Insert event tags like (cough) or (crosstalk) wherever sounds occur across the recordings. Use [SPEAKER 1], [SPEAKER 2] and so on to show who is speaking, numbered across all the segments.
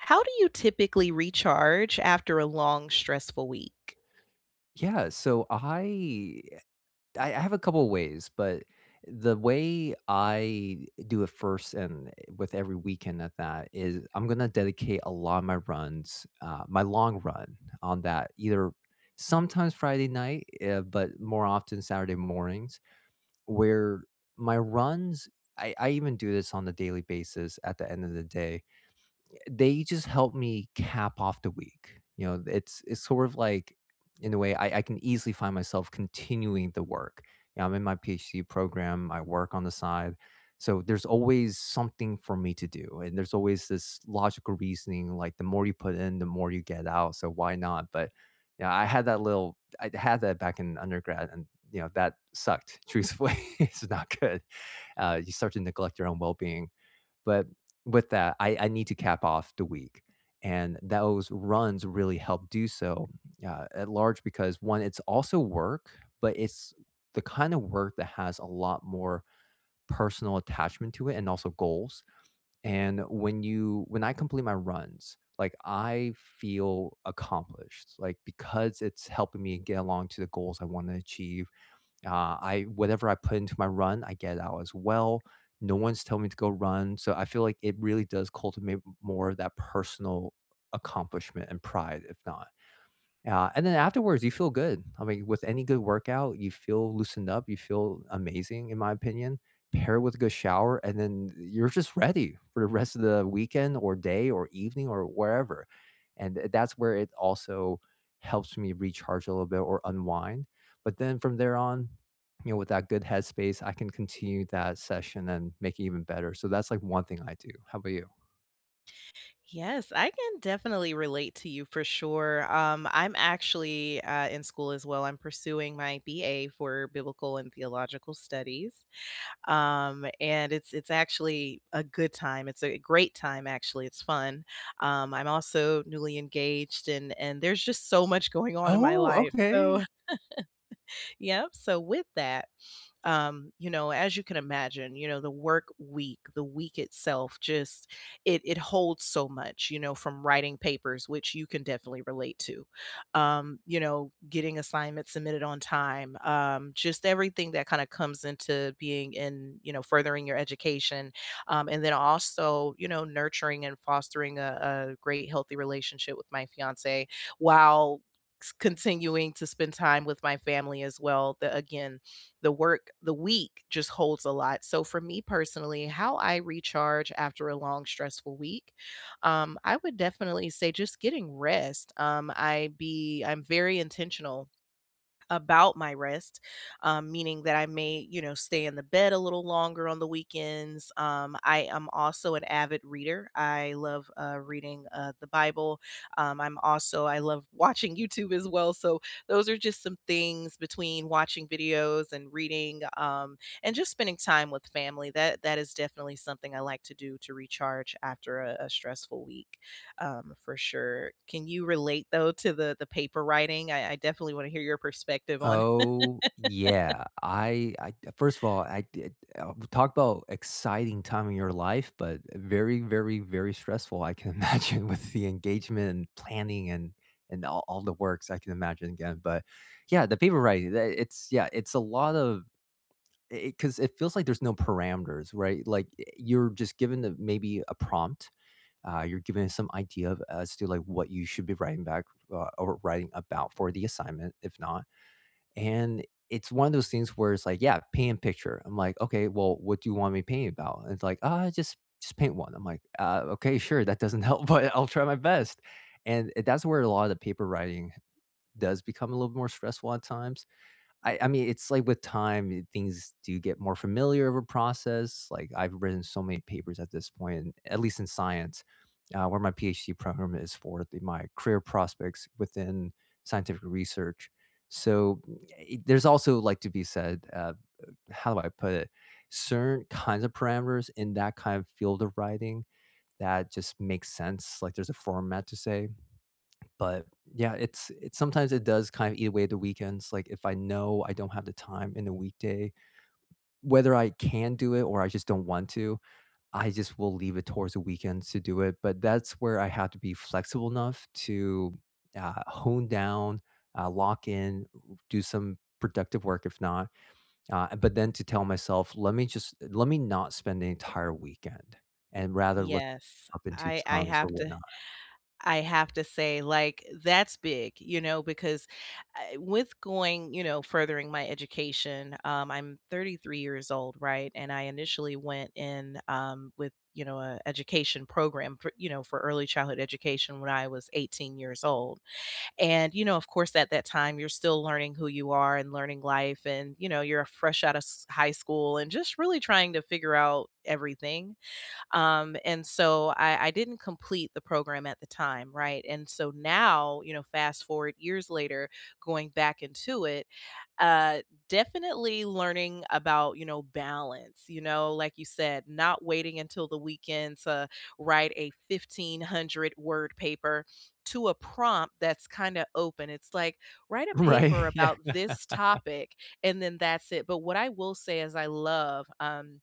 [SPEAKER 1] How do you typically recharge after a long, stressful week?
[SPEAKER 2] Yeah, so I have a couple ways, but the way I do it first and with every weekend at that is I'm gonna dedicate a lot of my runs, my long run on that either sometimes Friday night, but more often Saturday mornings, where my runs I even do this on a daily basis at the end of the day they just help me cap off the week. You know, it's sort of like in a way I can easily find myself continuing the work. You know, I'm in my PhD program, I work on the side. So there's always something for me to do. And there's always this logical reasoning, like the more you put in, the more you get out. So why not? But yeah, I had that back in undergrad and you know that sucked (laughs) truthfully (laughs) it's not good. You start to neglect your own well-being but with that, I need to cap off the week, and those runs really help do so, at large because, 1, it's also work, but it's the kind of work that has a lot more personal attachment to it and also goals, and when I complete my runs, like, I feel accomplished, like, because it's helping me get along to the goals I wanna achieve I whatever I put into my run, I get out as well. No one's telling me to go run, so I feel like it really does cultivate more of that personal accomplishment and pride, if not. Yeah, and then afterwards, you feel good. I mean, with any good workout, you feel loosened up, you feel amazing, in my opinion. Pair it with a good shower, and then you're just ready for the rest of the weekend or day or evening or wherever. And that's where it also helps me recharge a little bit or unwind. But then from there on, you know, with that good headspace, I can continue that session and make it even better. So that's like one thing I do. How about you?
[SPEAKER 1] Yes, I can definitely relate to you for sure. I'm actually in school as well. I'm pursuing my BA for biblical and theological studies, and it's actually a good time. It's a great time, actually. It's fun. I'm also newly engaged, and there's just so much going on in my
[SPEAKER 2] Oh,
[SPEAKER 1] life.
[SPEAKER 2] okay.
[SPEAKER 1] So, (laughs) yep. So with that. As you can imagine, you know, the work week, the week itself, just it holds so much, you know, from writing papers, which you can definitely relate to, you know, getting assignments submitted on time, just everything that kind of comes into being in, you know, furthering your education, and then also, you know, nurturing and fostering a great healthy relationship with my fiance while continuing to spend time with my family as well. The, again, the work, the week just holds a lot. So for me personally, how I recharge after a long, stressful week, I would definitely say just getting rest. Um, I'm very intentional about my rest, meaning that I may, you know, stay in the bed a little longer on the weekends. I am also an avid reader. I love reading the Bible. I'm also, I love watching YouTube as well. So those are just some things between watching videos and reading and just spending time with family. That is definitely something I like to do to recharge after a stressful week for sure. Can you relate though to the paper writing? I definitely want to hear your perspective on. (laughs)
[SPEAKER 2] Oh, yeah. I first of all, I did talk about exciting time in your life, but very, very, very stressful, I can (laughs) imagine with the engagement and planning and all the works I can imagine again. But yeah, the paper writing, it's yeah, it's a lot of because 'cause it feels like there's no parameters, right? Like you're just given the, maybe a prompt. You're given some idea of, as to like what you should be writing back, or writing about for the assignment, if not and it's one of those things where it's like, "Yeah, paint a picture." I'm like, "Okay, well, what do you want me to paint about?" And it's like, "Ah, just paint one." I'm like, okay, sure, that doesn't help, (laughs) but I'll try my best." And that's where a lot of the paper writing does become a little more stressful at times. I mean, it's like with time, things do get more familiar of a process. Like, I've written so many papers at this point, and at least in science, where my PhD program is for my career prospects within scientific research. So there's also like to be said, how do I put it? Certain kinds of parameters in that kind of field of writing that just makes sense. Like there's a format to say, but, yeah, it's sometimes it does kind of eat away at the weekends, like, if I know I don't have the time in the weekday, whether I can do it or I just don't want to, I just will leave it towards the weekends to do it, but that's where I have to be flexible enough to, hone down, lock in, do some productive work if not but then to tell myself, let me not spend the entire weekend and rather let's
[SPEAKER 1] Yes,
[SPEAKER 2] up into chunks or whatnot. (laughs)
[SPEAKER 1] I have to say like that's big, you know, because with going, you know, furthering my education, I'm 33 years old, right? And I initially went in with you know a education program for you know for early childhood education when I was 18 years old. And, you know, of course, at that time, you're still learning who you are and learning life. And, you know, you're fresh out of high school and just really trying to figure out everything. And so I didn't complete the program at the time, right? And so now, you know, fast forward years later, going back into it, uh, definitely learning about, you know, balance, you know, like you said, not waiting until the weekend to write a 1,500 word paper to a prompt that's kind of open. It's like, write a paper
[SPEAKER 2] Right. Yeah.
[SPEAKER 1] about this topic and then that's it. But what I will say is, I love,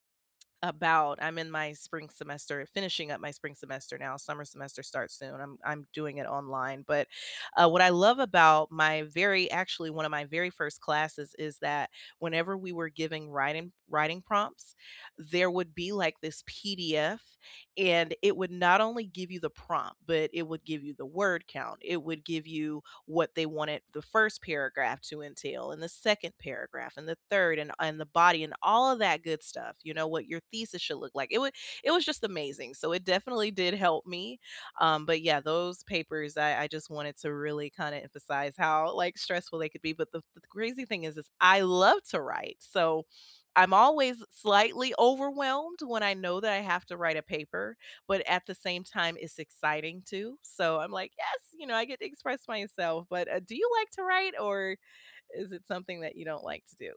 [SPEAKER 1] about I'm in my spring semester, finishing up my spring semester now. Summer semester starts soon. I'm doing it online, but what I love about my very actually one of my very first classes is that whenever we were giving writing prompts, there would be like this PDF, and it would not only give you the prompt, but it would give you the word count. It would give you what they wanted the first paragraph to entail and the second paragraph and the third and the body and all of that good stuff. You know what your thesis should look like. It was just amazing, so it definitely did help me. But yeah, those papers, I just wanted to really kind of emphasize how like stressful they could be. But the crazy thing is I love to write, so I'm always slightly overwhelmed when I know that I have to write a paper, but at the same time, it's exciting too. So I'm like, yes, you know, I get to express myself. But do you like to write, or is it something that you don't like to do?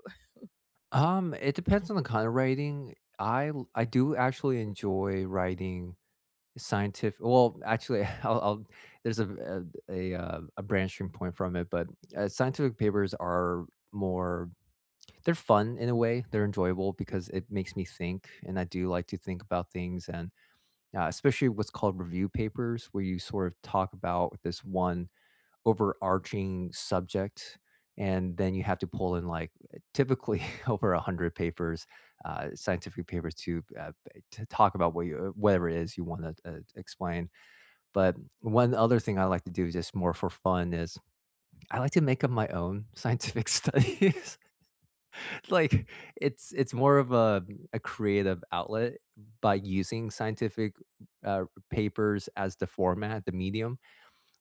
[SPEAKER 2] It depends on the kind of writing. I do actually enjoy writing scientific well, actually, (laughs) I'll there's a branching point from it, but, scientific papers are more they're fun in a way, they're enjoyable because it makes me think, and I do like to think about things and, especially what's called review papers, where you sort of talk about this one overarching subject, and then you have to pull in, like, typically (laughs) over 100 papers, scientific papers to talk about what you whatever it is you wanna, explain. But one other thing I like to do just more for fun is I like to make up my own scientific (laughs) studies. Like, it's more of a creative outlet by using scientific, uh, papers as the format, the medium,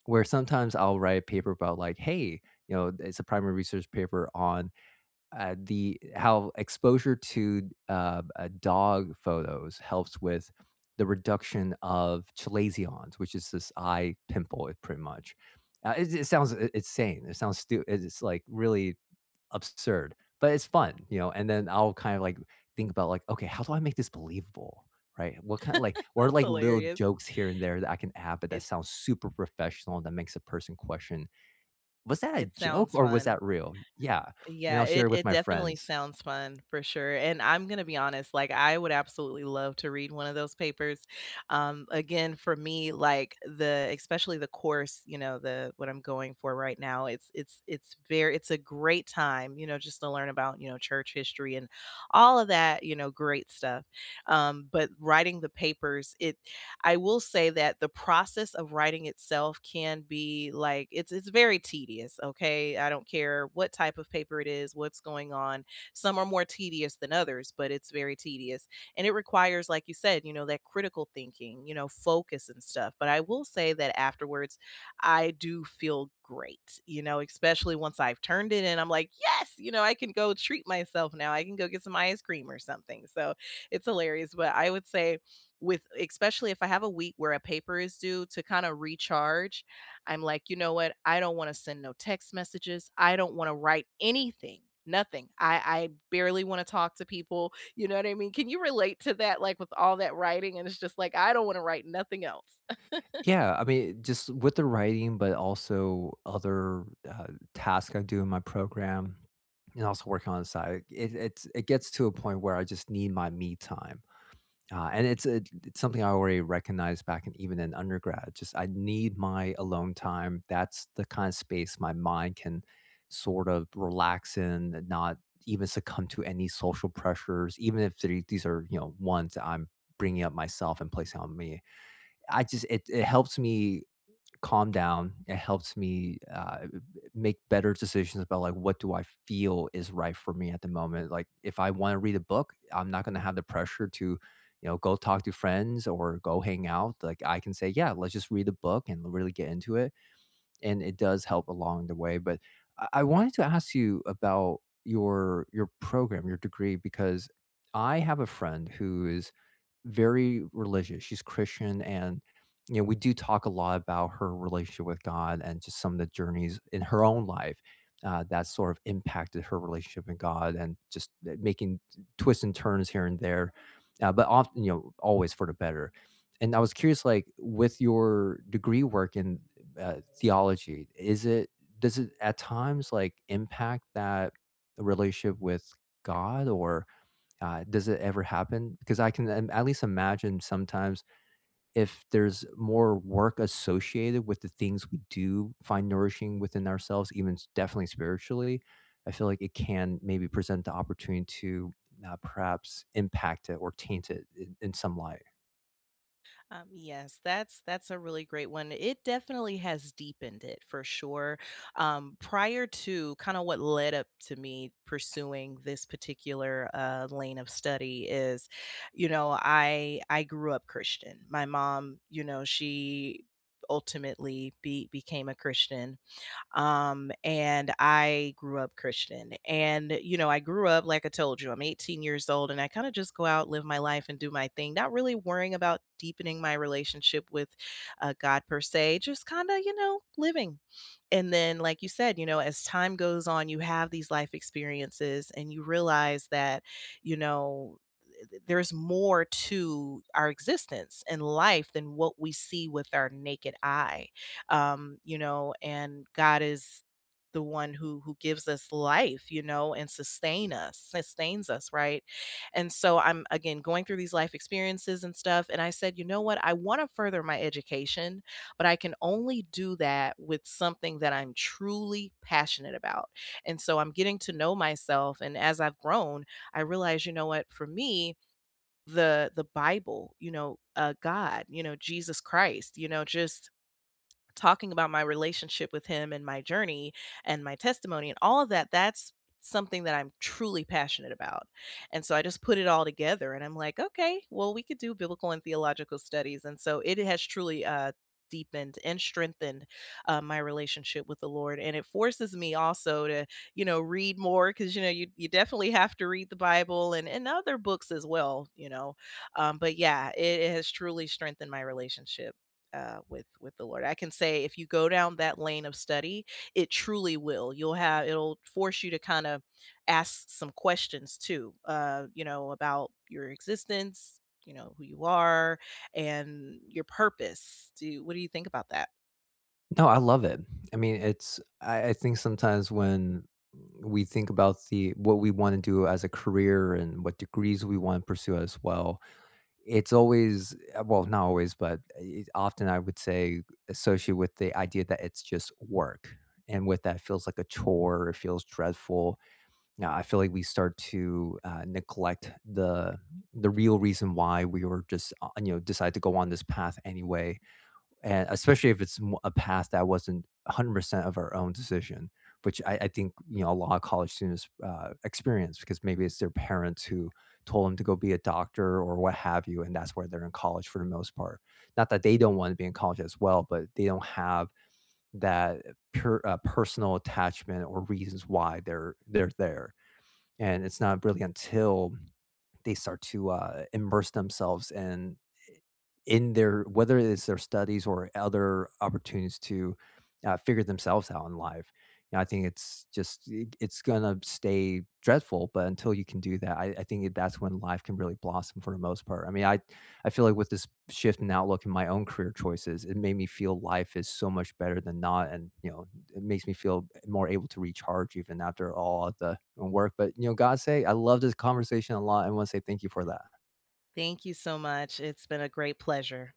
[SPEAKER 2] where sometimes I'll write a paper about like, "Hey," you know, it's a primary research paper on the how exposure to dog photos helps with the reduction of chalazions, which is this eye pimple, it pretty much. It sounds insane. It sounds stupid. It's like really absurd, but it's fun, you know. And then I'll kind of like think about like, okay, how do I make this believable? Right? What kind of like,
[SPEAKER 1] (laughs)
[SPEAKER 2] what are
[SPEAKER 1] That's
[SPEAKER 2] like little
[SPEAKER 1] hilarious.
[SPEAKER 2] jokes here and there that I can add, but that
[SPEAKER 1] It
[SPEAKER 2] sounds super professional and that makes a person question, was that a
[SPEAKER 1] it
[SPEAKER 2] joke
[SPEAKER 1] sounds
[SPEAKER 2] or was
[SPEAKER 1] fun.
[SPEAKER 2] that real? Yeah. And
[SPEAKER 1] Yeah,
[SPEAKER 2] I'll share
[SPEAKER 1] it
[SPEAKER 2] it with
[SPEAKER 1] it
[SPEAKER 2] my
[SPEAKER 1] definitely
[SPEAKER 2] friends.
[SPEAKER 1] sounds fun for sure. And I'm gonna be honest, like I would absolutely love to read one of those papers. Again, for me, like the especially the course, you know, the what I'm going for right now, it's it's very it's a great time, you know, just to learn about, you know, church history and all of that, you know, great stuff. But writing the papers, it I will say that the process of writing itself can be like it's very tedious, okay? I don't care what type of paper it is, what's going on. Some are more tedious than others, but it's very tedious. And it requires, like you said, you know, that critical thinking, you know, focus and stuff. But I will say that afterwards I do feel great, you know, especially once I've turned it in. I'm like, yes, you know, I can go treat myself now. I can go get some ice cream or something. So it's hilarious. But I would say with especially if I have a week where a paper is due, to kind of recharge, I'm like, you know what? I don't want to send no text messages. I don't want to write anything. Nothing. I barely want to talk to people. You know what I mean? Can you relate to that? Like with all that writing, and it's just like I don't want to write nothing else.
[SPEAKER 2] Yeah, I mean, just with the writing, but also other, tasks I do in my program and also working on the side, it gets to a point where I just need my me time, and it's something I already recognized back in even in undergrad, just I need my alone time. That's the kind of space my mind can sort of relax in and not even succumb to any social pressures, even if these are, you know, ones that I'm bringing up myself and placing on me. I just it helps me calm down. It helps me, make better decisions about, like, what do I feel is right for me at the moment. Like, if I wanna read a book, I'm not gonna have the pressure to, you know, go talk to friends or go hang out. Like, I can say, "Yeah, let's just read a book and really get into it." And it does help along the way. But I wanted to ask you about your program, your degree, because I have a friend who is very religious. She's Christian, and you know we do talk a lot about her relationship with God and just some of the journeys in her own life that sort of impacted her relationship with God and just making twists and turns here and there, but often you know always for the better. And I was curious, like with your degree work and theology is it does it at times like impact that relationship with god or does it ever happen because I can at least imagine sometimes if there's more work associated with the things we do find nourishing within ourselves even definitely spiritually I feel like it can maybe present the opportunity to perhaps impact it or taint it in some light.
[SPEAKER 1] Yes, that's a really great one. It definitely has deepened it for sure. Prior to kind of what led up to me pursuing this particular lane of study is, you know, I grew up Christian. My mom, you know, she ultimately became a Christian, and I grew up Christian. And, you know, I grew up, like I told you, I'm 18 years old, and I kind of just go out, live my life, and do my thing, not really worrying about deepening my relationship with God per se, just kind of, you know, living. And then, like you said, you know, as time goes on, you have these life experiences and you realize that, you know, there's more to our existence and life than what we see with our naked eye, you know, and God is the one who gives us life, you know, and sustains us, right? And so I'm again going through these life experiences and stuff and I said, "You know what? I want to further my education, but I can only do that with something that I'm truly passionate about." And so I'm getting to know myself, and as I've grown, I realize, you know what, for me, the Bible, you know, God, you know, Jesus Christ, you know, just talking about my relationship with him and my journey and my testimony and all of that, that's something that I'm truly passionate about. And so I just put it all together and I'm like, okay, well, we could do biblical and theological studies. And so it has truly deepened and strengthened my relationship with the Lord. And it forces me also to, you know, read more because, you know, you definitely have to read the Bible and other books as well, you know. But yeah, it has truly strengthened my relationship with the Lord. I can say if you go down that lane of study, it truly will. You'll have it'll force you to kind of ask some questions too, you know, about your existence, you know, who you are, and your purpose. Do What do you think about that?
[SPEAKER 2] No, I love it. I mean, it's I think sometimes when we think about the what we want to do as a career and what degrees we want to pursue as well, it's always well, not always, but often I would say associated with the idea that it's just work. And with that, it feels like a chore. It feels dreadful. Now, I feel like we start to neglect the real reason why we were just you know decide to go on this path anyway and especially if it's a path that wasn't 100% of our own decision which I think you know a lot of college students experience because maybe it's their parents who told them to go be a doctor or what have you and that's where they're in college for the most part not that they don't want to be in college as well but they don't have that personal attachment or reasons why they're there and it's not really until they start to immerse themselves in their whether it's their studies or other opportunities to, figure themselves out in life. You know, I think it's just it's gonna stay dreadful, but until you can do that, I think that's when life can really blossom for the most part. I mean, I feel like with this shift in outlook in my own career choices, it made me feel life is so much better than not, and, you know, it makes me feel more able to recharge even after all of the work, but, you know, God say I love this conversation a lot and wanna say thank you for that.
[SPEAKER 1] Thank you so much. It's been a great pleasure.